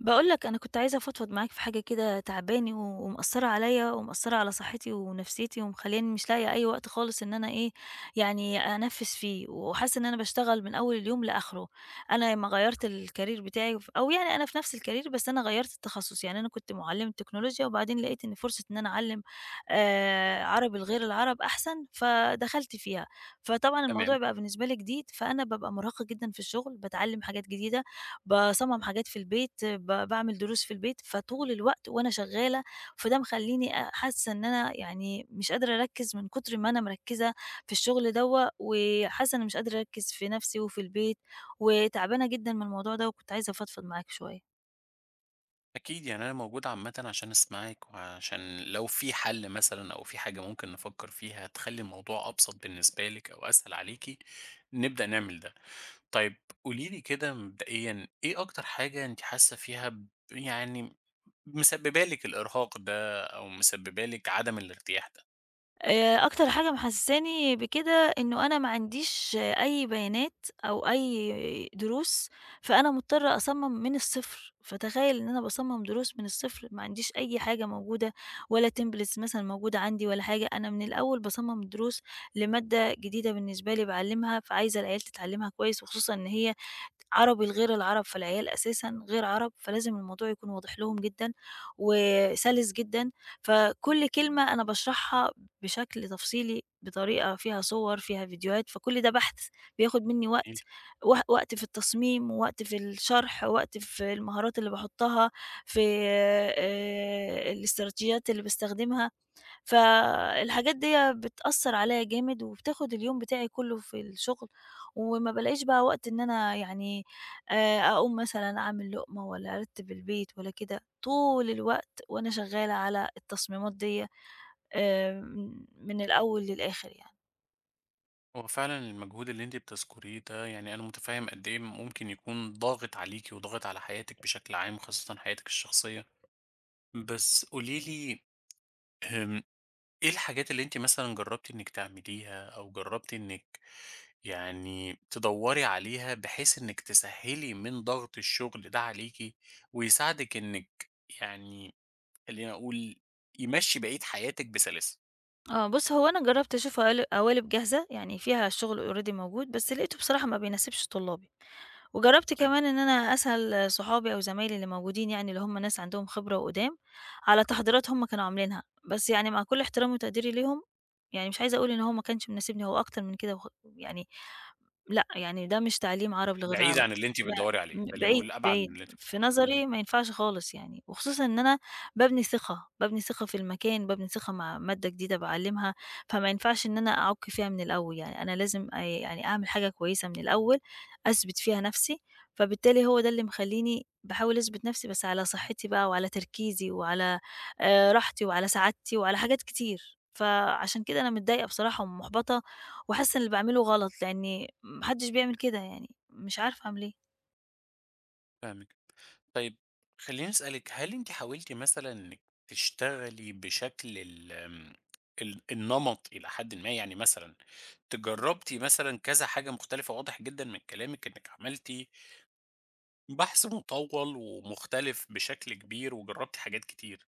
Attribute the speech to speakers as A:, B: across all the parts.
A: باقول لك أنا كنت عايزة أفضفض معاك في حاجة كده تاعباني و ومأثّرة عليّا ومأثّرة على صحّتي ونفسيتي ومخلّياني مش لاقية أي وقت خالص إن أنا إيه، يعني أنفّذ فيه، وحاسّة إن أنا باشتغل من أول اليوم لآخره. أنا لمّا غيّرت الcareer بتاعي ف أو يعني أنا في نفس الcareer بس أنا غيّرت التخصُّص، يعني أنا كنت مُعلِّمة تكنولوجيا وبعدين لقيت إن فرصة إن أنا أعلِّم عربي لغير العرب أحسن، فدخلت فيها. فطبعًا الموضوع
B: تمام،
A: بقى بالنسبة لي جديد، فأنا بابقى مُرهقة جدًا في الشُغل، باتعلِّم حاجات جديدة، باصمم حاجات في البيت، باعمل دروس في البيت، فطول الوقت وأنا شغالة، فده مخلّيني حاسة إن أنا يعني مش قادرة أركّز من كتر ما أنا مركّزة في الشغل دوّة، وحاسة إني مش قادرة أركّز في نفسي وفي البيت، وتعبانة جدًا من الموضوع ده، وكنت عايزة أفضفض معاك شوية.
B: أكيد يعني أنا موجود عامةً عشان أسمعِك، وعشان لو في حل مثلًا أو في حاجة ممكن نفكر فيها تخلّي الموضوع أبسط بالنسبة لِك أو أسهل عليكِ، نبدأ نعمل ده. طيب قولي لي كده مبدئيًا إيه أكتر حاجة أنتِ حاسة فيها يعني مسببة لِك الإرهاق ده أو مسببة لِك عدم الارتياح ده؟
A: أكتر حاجة محسّساني بكده إنه أنا ما عنديش أي بيانات أو أي دروس، فأنا مضطرة أصمّم من الصفر، فتخيّل إن أنا باصمّم دروس من الصفر، ما عنديش أي حاجة موجودة، ولا templates مثلًا موجودة عندي ولا حاجة. أنا من الأول باصمّم دروس لمادة جديدة بالنسبة لي باعلّمها، فعايزة العيال تتعلّمها كويس، وخصوصًا إن هي عربي لغير العرب، فالعيال أساسًا غير عرب، فلازم الموضوع يكون واضح لهم جدًا وسلس جدًا. فكل كلمة أنا باشرحها بشكل تفصيلي، بطريقة فيها صور، فيها فيديوهات، فكل ده بحث بياخد منّي وقت،
B: جميل،
A: وقت في التصميم، ووقت في الشرح، ووقت في المهارات اللي باحطّها، في الاستراتيجيات اللي باستخدمها. فالحاجات ديّة بتأثّر عليّا جامد، وبتاخد اليوم بتاعي كلّه في الشغل، وما بالاقيش بقى وقت إن أنا يعني أقوم مثلًا أعمل لقمة والّا أرتّب البيت والّا كده، طول الوقت وأنا شغّالة على التصميمات ديّة، من الأول للآخر يعني.
B: هو فعلًا المجهود اللي أنتِ بتذكريه ده يعني أنا متفهم قد إيه ممكن يكون ضاغط عليكِ وضاغط على حياتِك بشكل عام، خاصةً حياتِك الشخصية. بس قولي لي آمم، إيه الحاجات اللي أنتِ مثلًا جرّبتِ إنِّك تعمليها أو جرّبتِ إنِّك يعني تدوّري عليها بحيث إنِّك تسهّلي من ضغط الشغل ده عليكِ ويساعدِك إنِّك يعني خلّيني أقول يمشّي بقية حياتِك بسلاسة؟
A: آه، بُص هو أنا جرّبت أشوف قوالب جاهزة، يعني فيها الشغل already موجود، بس لقيته بصراحة ما بيناسبش طلابي. وجرّبت
B: تمام.
A: كمان إن أنا أسأل صحابي أو زمايلي اللي موجودين، يعني اللي هم ناس عندهم خبرة وقُدام، على تحضيرات هم كانوا عاملينها. بس يعني مع كل احترامي وتقديري ليهم، يعني مش عايزة أقول إن هو ما كانش مناسبني، هو أكتر من كده يعني لأ، يعني ده مش تعليم عرب لغير
B: بعيد
A: العرب،
B: عن اللي أنتِ
A: ما
B: بتدوّري عليه،
A: م
B: خلّينا
A: بعيد،
B: نقول أبعد من
A: بعيد،
B: اللي أنتِ
A: في
B: اهم،
A: نظري ما ينفعش خالص يعني. وخصوصًا إن أنا بابني ثقة، بابني ثقة في المكان، بابني ثقة مع مادة جديدة باعلّمها، فما ينفعش إن أنا أعُك فيها من الأول، يعني أنا لازم يعني أعمل حاجة كويسة من الأول، أثبِت فيها نَفْسي. فبالتالي هو ده اللي مخلّيني باحاول أثبِت نَفْسي، بس على صحّتي بقى وعلى تركيزي وعلى راحتي وعلى سعادتي وعلى حاجات كتير، فعشان كده أنا متضايقة بصراحة ومُحبَطة وحاسة إن اللي باعمله غلط، لإني ما حدش بيعمل كده يعني، مش عارفة أعمل إيه.
B: فاهمِك. طيب خلّيني أسألِك، هل أنتِ حاولتِ مثلًا إنِّك تشتغلي بشكل ال آمم، ال النمط إلى حدٍ ما؟ يعني مثلًا أنتِ جرّبتِ مثلًا كذا حاجة مختلفة، واضح جدًا من كلامِك إنِّك عملتِ بحث مطوّل ومختلف بشكل كبير وجرّبتِ حاجات كتير.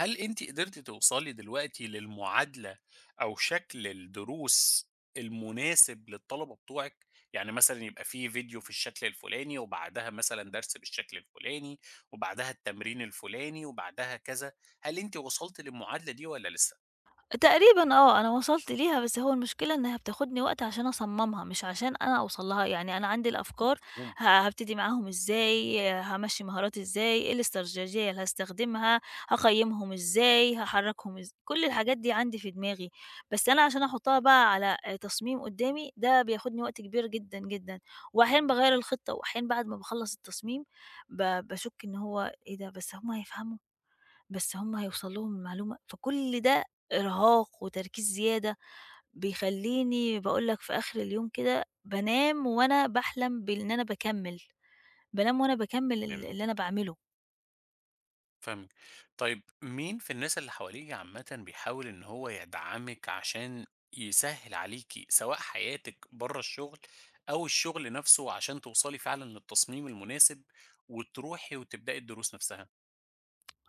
B: هل أنتِ قدرتِ توصلي دلوقتي للمعادلة أو شكل الدروس المناسب للطلبة بتوعِك؟ يعني مثلًا يبقى في فيديو في الشكل الفلاني، وبعدها مثلًا درس بالشكل الفلاني، وبعدها التمرين الفلاني، وبعدها كذا، هل أنتِ وصلتِ للمعادلة دي والّا لسه؟
A: تقريبًا آه، أنا وصلت ليها، بس هو المشكلة إنها بتاخدني وقت عشان أصممها، مش عشان أنا أوصل لها، يعني أنا عندي الأفكار،
B: مفهوم،
A: هابتدي معاهم إزاي، هامشّي مهاراتي إزاي، إيه الاستراتيجية اللي هاستخدمها، هاقيّمهم إزاي، هاحرّكهم كل الحاجات دي عندي في دماغي، بس أنا عشان أحطها بقى على تصميم قدّامي، ده بياخدني وقت كبير جدًا، جدًا. وأحيانًا باغيّر الخطة، وأحيانًا بعد ما باخلّص التصميم باشُك إن هو إيه ده، بس هُم هيفهموا؟ بس هم هيوصل لهم المعلومة؟ فكل ده إرهاق وتركيز زيادة، بيخلّيني باقول لك في آخر اليوم كده بانام وأنا باحلم بإن أنا باكمّل، بانام وأنا باكمّل ال
B: تمام.
A: اللي أنا باعمله.
B: فاهمِك. طيب مين في الناس اللي حواليكِ عامةً بيحاول إن هو يدعمِك عشان يسهِّل عليكِ سواء حياتِك برّه الشغل أو الشغل نفسه عشان توصلي فعلًا للتصميم المناسب وتروحي وتبدئي الدروس نفسها؟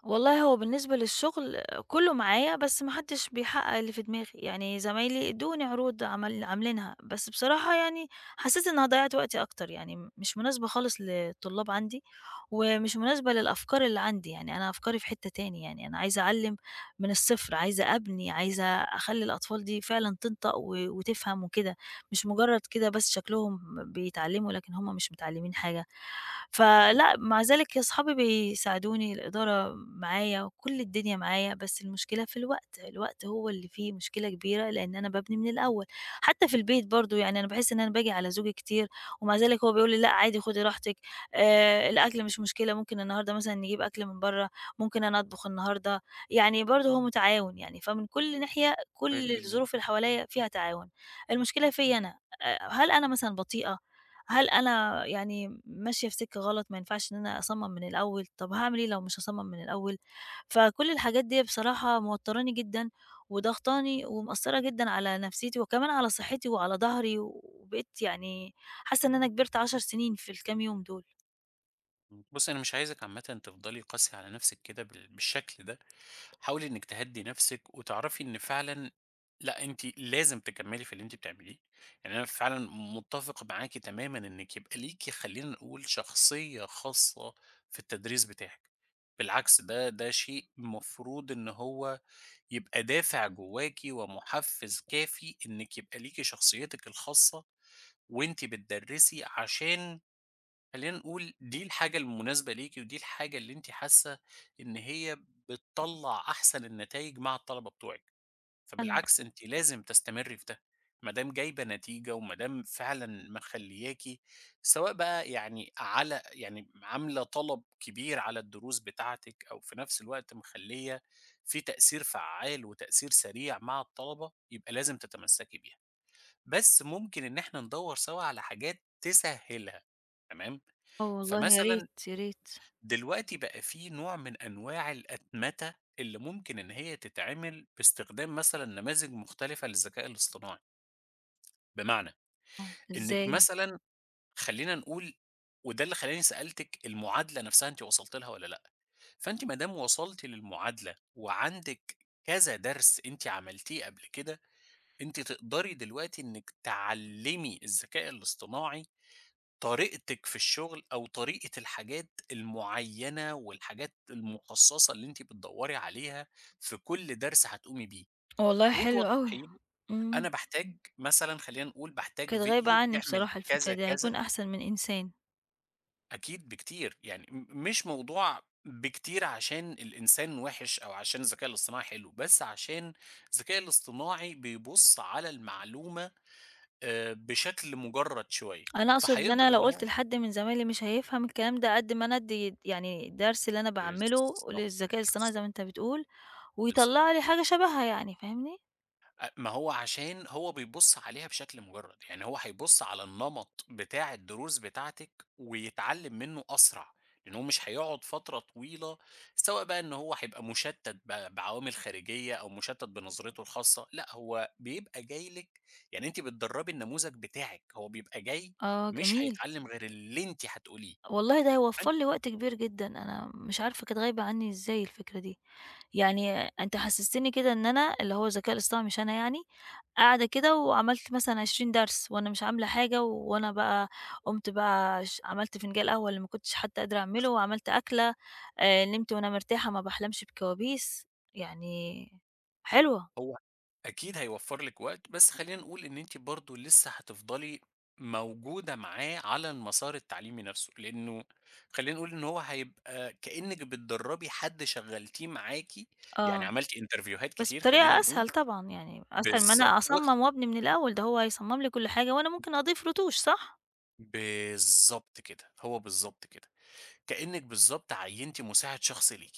A: والله هو بالنسبة للشغل كله معايا، بس ما حدش بيحقق اللي في دماغي، يعني زمايلي ادوني عروض عمل عاملينها، بس بصراحة يعني حسيت إنها ضيّعت وقتي أكتر، يعني مش مناسبة خالص للطلاب عندي، ومش مناسبة للأفكار اللي عندي. يعني أنا أفكاري في حتة تاني، يعني أنا عايزة أعلّم من الصفر، عايزة أبني، عايزة أخلّي الأطفال دي فعلًا تنطق وتفهم وكده، مش مجرد كده بس شكلهم بيتعلموا لكن هُم مش متعلمين حاجة.
B: إمم.
A: فلأ، مع ذلك أصحابي بيساعدوني، الإدارة معايا، كل الدنيا معايا، بس المشكلة في الوقت، الوقت هو اللي فيه مشكلة كبيرة لإن أنا بابني من الأول. حتى في البيت برضه يعني أنا باحس إن أنا باجي على زوجي كتير، ومع ذلك هو بيقول لي: "لأ، عادي خدي راحتِك، الأكل مش مشكلة، ممكن النهارده مثلًا نجيب أكل من برّه، ممكن أنا أطبخ النهارده." يعني برضه هو متعاون يعني، فمن كل ناحية
B: كويس
A: كل
B: جدًا.
A: الظروف اللي حواليّا فيها تعاون. المشكلة فيّا أنا، هل أنا مثلًا بطيئة؟ هل أنا يعني ماشية في سكة غلط؟ ما ينفعش إن أنا أصمّم من الأول، طب هاعمل إيه لو مش هاصمّم من الأول؟ فكل الحاجات ديّة بصراحة موتّراني جدًا وضاغطاني ومأثّرة جدًا على نفسيتي وكمان على صحّتي وعلى ضهري، وبقيت يعني حاسّة إن أنا كبرت 10 سنين في الكام يوم دول.
B: إمم. بُصّي، أنا مش عايزِك عامةً تفضلي قاسية على نفسِك كده بالشكل ده، حاولي إنِّك تهدّي نفسِك وتعرفي إن فعلًا لأ، أنتِ لازم تكمّلي في اللي أنتِ بتعمليه، يعني أنا فعلًا متّفق معاكِ تمامًا إنِّك يبقى ليكِ خلّينا نقول شخصية خاصة في التدريس بتاعِك، بالعكس ده شيء مفروض إن هو يبقى دافع جواكِ ومُحفّز كافي إنِّك يبقى ليكِ شخصيتِك الخاصة وأنتِ بتدرّسي عشان خلّينا نقول دي الحاجة المناسبة ليكِ ودي الحاجة اللي أنتِ حاسة إن هي بتطلّع أحسن النتايج مع الطلبة بتوعِك، فبالعكس أنتِ لازم تستمرّي في ده، ما دام جايبة نتيجة وما دام فعلًا مخلّياكِ سواء بقى يعني على يعني عاملة طلب كبير على الدروس بتاعتِك أو في نفس الوقت مخلّية في تأثير فعّال وتأثير سريع مع الطلبة، يبقى لازم تتمسّكي بيها، بس ممكن إن إحنا ندوّر سوا على حاجات تسهّلها، تمام؟
A: آه والله يا
B: فمثلًا
A: ريت، يا ريت.
B: دلوقتي بقى في نوع من أنواع الأتمتة اللي ممكن إن هي تتعمل باستخدام مثلًا نماذج مختلفة للذكاء الاصطناعي، بمعنى
A: آه.
B: إنِّك
A: إزاي؟
B: مثلًا خلّينا نقول وده اللي خلّاني سألتِك المعادلة نفسها أنتِ وصلتِ لها والّا لأ، فأنتِ ما دام وصلتِ للمعادلة وعندِك كذا درس أنتِ عملتيه قبل كده، أنتِ تقدري دلوقتي إنِّك تعلّمي الذكاء الاصطناعي طريقتِك في الشغل أو طريقة الحاجات المُعيّنة والحاجات المُخصّصة اللي أنتِ بتدوّري عليها في كل درس هتقومي بيه،
A: والله حلو أوي.
B: وتوضّحي له
A: إمم.
B: أنا باحتاج مثلًا خلّينا نقول باحتاج
A: كانت غايبة
B: فيديو
A: عنّي
B: بيعمل
A: بصراحة الفكرة
B: كذا،
A: دي،
B: كذا،
A: هيكون أحسن من إنسان.
B: أكيد بكتير، يعني مش موضوع بكتير عشان الإنسان وِحِش أو عشان الذكاء الاصطناعي حلو، بس عشان الذكاء الاصطناعي بيبُص على المعلومة بشكل مُجرّد شوية،
A: أنا أقصد إن
B: فهيقدر
A: أنا لو
B: إن
A: قُلت
B: هو
A: لحد من زمايلي مش هيفهم الكلام ده قد ما أنا أدّي يعني الدرس اللي أنا باعمله
B: بالضبط،
A: للذكاء الاصطناعي زي
B: بالضبط،
A: ما أنت بتقول،
B: بالضبط.
A: ويطلّع لي حاجة شبهها يعني، فاهمني؟
B: ما هو عشان هو بيبُص عليها بشكل مُجرّد، يعني هو هيبُص على النمط بتاع الدروس بتاعتِك ويتعلّم منّه أسرع، لإن هو مش هيقعد فترة طويلة، سواء بقى إن هو هيبقى مُشتّت بعوامل خارجية أو مُشتّت بنظرته الخاصة، لأ هو بيبقى جاي لِك يعني أنتِ بتدرّبي النموذج بتاعِك، هو بيبقى جاي
A: آه
B: مش
A: جميل.
B: هيتعلّم غير اللي أنتِ هتقوليه.
A: والله ده هيوفّر لي وقت كبير جدًا، أنا مش عارفة كانت غايبة عني إزاي الفكرة دي. يعني أنت حسّستني كده إن أنا اللي هو الذكاء الاصطناعي مش أنا يعني، قاعدة كده وعملت مثلًا 20 درس وأنا مش عاملة حاجة، وأنا بقى قُمت بقى عملت فنجان قهوة اللي ما كنتش حتى قادرة أعمله، وعملت أكلة، نمت وأنا مرتاحة ما باحلمش بكوابيس، يعني حلوة.
B: هو أكيد هيوفّر لِك وقت، بس خلّينا نقول إن أنتِ برضه لسه هتفضلي موجودة معاه على المسار التعليمي نفسه، لإنه خلّينا نقول إن هو هيبقى كإنِّك بتدرّبي حد شغّلتيه معاكِ، يعني
A: آه،
B: عملتِ انترفيوهات
A: بس
B: كتير خلّينا
A: بطريقة
B: نقول
A: أسهل طبعًا يعني، أسهل ما
B: بالضبط،
A: أنا أصمّم وأبني من الأول، ده هو هيصمّم لي كل حاجة وأنا ممكن أضيف رتوش صح؟
B: بالضبط كده، هو بالضبط كده، كإنِّك بالضبط عيّنتِ مساعد شخصي ليكِ.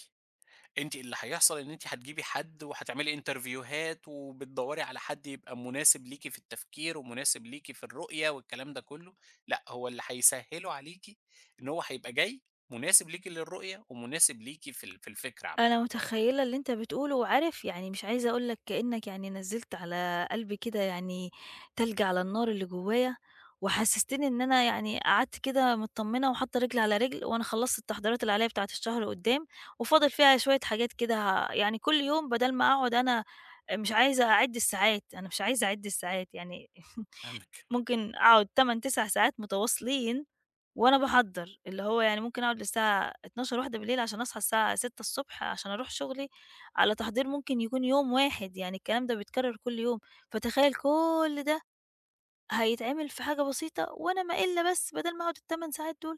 B: أنتِ اللي هيحصل إن أنتِ هتجيبي حد وهتعملي انترفيوهات، وبتدوّري على حد يبقى مناسب ليكِ في التفكير، ومناسب ليكِ في الرؤية والكلام ده كله، لأ، هو اللي هيسهّله عليكِ إن هو هيبقى جاي مناسب ليكِ للرؤية، ومناسب ليكِ في الفكرة
A: أنا
B: عامةً.
A: متخيّلة اللي أنت بتقوله، وعارف يعني مش عايزة أقول لك كإنّك يعني نزّلت على قلبي كده يعني تلج على النار اللي جوّايا، وحسّستني إن أنا يعني قعدت كده متطمّنة وحاطّة رجل على رجل، وأنا خلّصت التحضيرات اللي عليّا بتاعة الشهر قدّام، وفاضل فيها شوية حاجات كده يعني كل يوم بدل ما أقعد أنا مش عايزة أعِد الساعات، أنا مش عايزة أعِد الساعات يعني
B: فاهمِك
A: ممكن أقعد 8، 9 ساعات متواصلين وأنا باحضّر، اللي هو يعني ممكن أقعد للساعة 00:00، 01:00 عشان أصحى الساعة 06:00 عشان أروح شغلي، على تحضير ممكن يكون يوم واحد، يعني الكلام ده بيتكرر كل يوم. فتخيّل كل ده هيتعمل في حاجة بسيطة وأنا ما إلا بس بدل ما أقعد ال8 ساعات دول،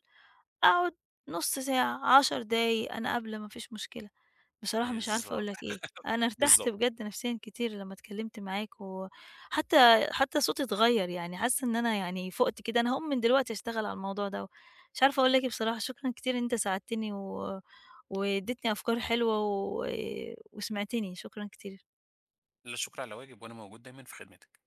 A: أقعد نُص ساعة، 10 دقايق، أنا قابلة ما فيش مشكلة. بصراحة مش عارفة أقول
B: بالضبط،
A: لك إيه، أنا ارتحت
B: بالضبط.
A: بجد نفسيًا كتير لمّا اتكلمت معاك، وحتى صوتي اتغيّر، يعني حاسة إن أنا يعني فُقت كده، أنا هاقوم من دلوقتي أشتغل على الموضوع دوّة. مش عارفة أقول لك إيه بصراحة، شكرًا كتير إن أنت ساعدتني و واديتني أفكار حلوة وسمعتني، شكرًا كتير.
B: لا شكر على واجب، وأنا موجود دايمًا في خدمتِك.